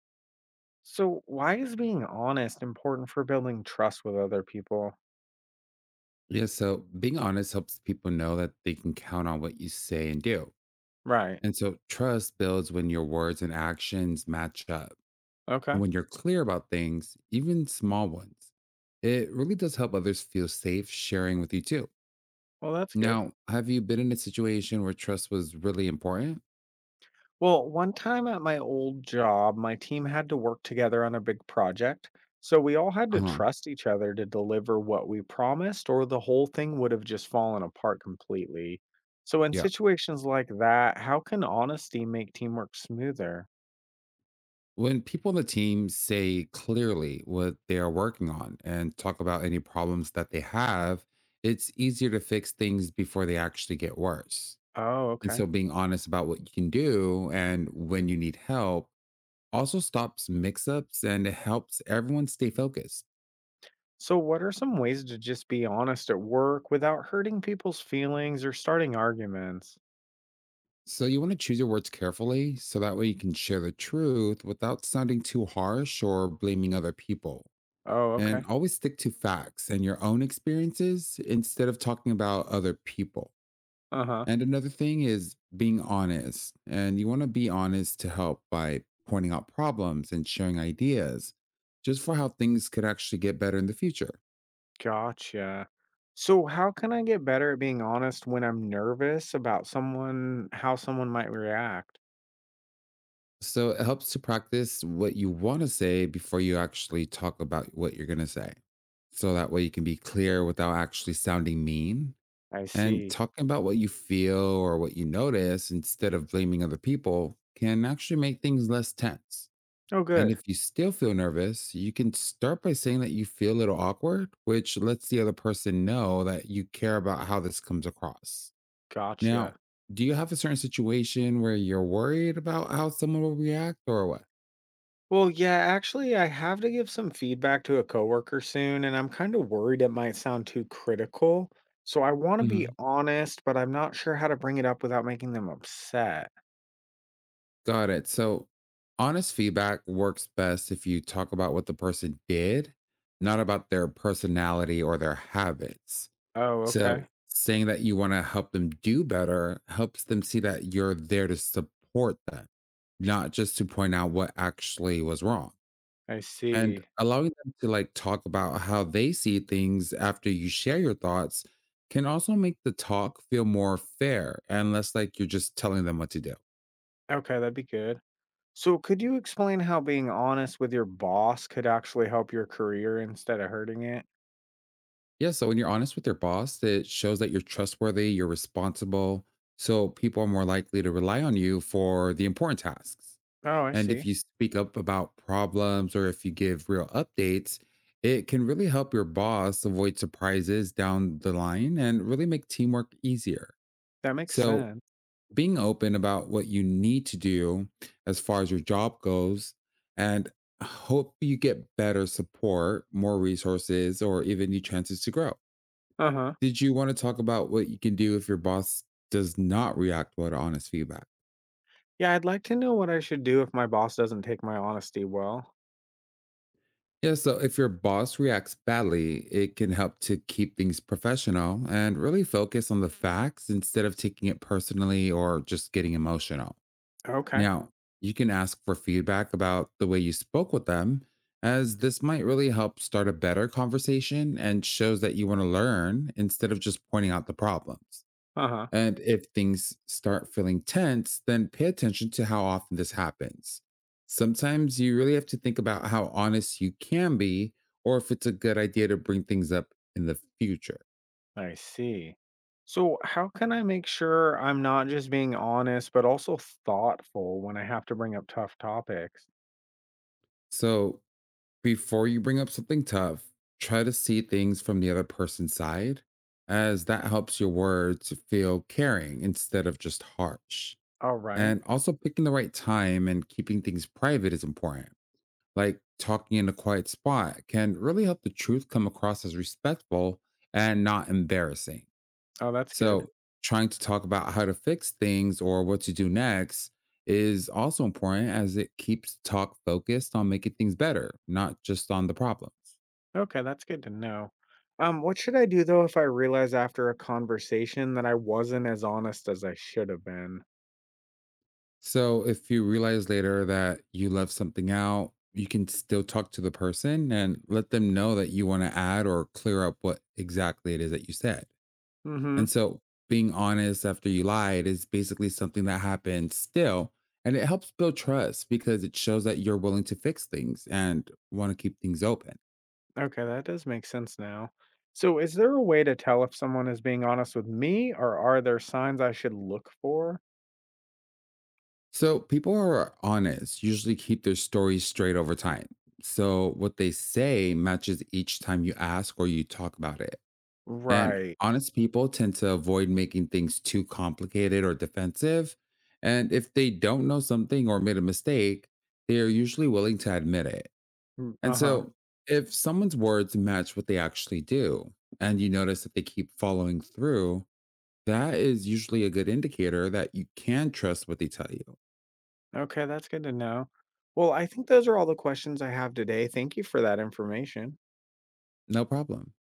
So, why is being honest important for building trust with other people? Yeah, so being honest helps people know that they can count on what you say and do. Right. And so trust builds when your words and actions match up. And Okay. when you're clear about things, even small ones, it really does help others feel safe sharing with you too. Well, that's good. Now, have you been in a situation where trust was really important? Well, one time at my old job, my team had to work together on a big project. So, we all had to Uh huh. trust each other to deliver what we promised, or the whole thing would have just fallen apart completely. So, in Yeah. situations like that, how can honesty make teamwork smoother? When people on the team say clearly what they are working on and talk about any problems that they have, it's easier to fix things before they actually get worse. Oh, And okay. so being honest about what you can do and when you need help also stops mix ups, and it helps everyone stay focused. So, what are some ways to just be honest at work without hurting people's feelings or starting arguments? So you want to choose your words carefully so that way you can share the truth without sounding too harsh or blaming other people. Oh, And okay. always stick to facts and your own experiences instead of talking about other people. Uh-huh. And another thing is being honest. And you want to be honest to help by pointing out problems and sharing ideas just for how things could actually get better in the future. Gotcha. So how can I get better at being honest when I'm nervous about someone, how someone might react? So it helps to practice what you want to say before you actually talk about what you're going to say. So that way you can be clear without actually sounding mean, I and see. talking about what you feel or what you notice instead of blaming other people can actually make things less tense. Oh, And good. if you still feel nervous, you can start by saying that you feel a little awkward, which lets the other person know that you care about how this comes across. Gotcha. Now, do you have a certain situation where you're worried about how someone will react, or what? Well, yeah, actually, I have to give some feedback to a coworker soon, and I'm kind of worried it might sound too critical. So I want to be Hmm. honest, but I'm not sure how to bring it up without making them upset. Got it. So, honest feedback works best if you talk about what the person did, not about their personality or their habits. Oh, okay. So saying that you want to help them do better helps them see that you're there to support them, not just to point out what actually was wrong. I And see. allowing them to like talk about how they see things after you share your thoughts can also make the talk feel more fair and less like you're just telling them what to do. Okay, that'd be good. So, could you explain how being honest with your boss could actually help your career instead of hurting it? Yeah, so when you're honest with your boss, it shows that you're trustworthy, you're responsible, so people are more likely to rely on you for the important tasks. Oh, I And if see. you speak up about problems or if you give real updates, it can really help your boss avoid surprises down the line and really make teamwork easier. That makes So, sense. being open about what you need to do as far as your job goes, and hope you get better support, more resources, or even new chances to grow. Uh huh. Did you want to talk about what you can do if your boss does not react well to honest feedback? Yeah, I'd like to know what I should do if my boss doesn't take my honesty well. Yeah, so if your boss reacts badly, it can help to keep things professional and really focus on the facts instead of taking it personally or just getting emotional. Okay. Now, you can ask for feedback about the way you spoke with them, as this might really help start a better conversation and shows that you want to learn instead of just pointing out the problems. Uh huh. And if things start feeling tense, then pay attention to how often this happens. Sometimes you really have to think about how honest you can be or if it's a good idea to bring things up in the future. I see. So, how can I make sure I'm not just being honest, but also thoughtful when I have to bring up tough topics? So before you bring up something tough, try to see things from the other person's side, as that helps your words feel caring instead of just harsh. All right. And also picking the right time and keeping things private is important, like talking in a quiet spot can really help the truth come across as respectful and not embarrassing. Oh, that's good. So, trying to talk about how to fix things or what to do next is also important, as it keeps talk focused on making things better, not just on the problems. Okay, that's good to know. What should I do though if I realize after a conversation that I wasn't as honest as I should have been? So, if you realize later that you left something out, you can still talk to the person and let them know that you want to add or clear up what exactly it is that you said. Mm-hmm. And so being honest after you lied is basically something that happens still. And it helps build trust because it shows that you're willing to fix things and want to keep things open. Okay, that does make sense now. So is there a way to tell if someone is being honest with me or are there signs I should look for? So people who are honest usually keep their stories straight over time. So what they say matches each time you ask or you talk about it. And Right. honest people tend to avoid making things too complicated or defensive. And if they don't know something or made a mistake, they are usually willing to admit it. Mm, And Uh-huh. so, if someone's words match what they actually do, and you notice that they keep following through, that is usually a good indicator that you can trust what they tell you. Okay, that's good to know. Well, I think those are all the questions I have today. Thank you for that information. No problem.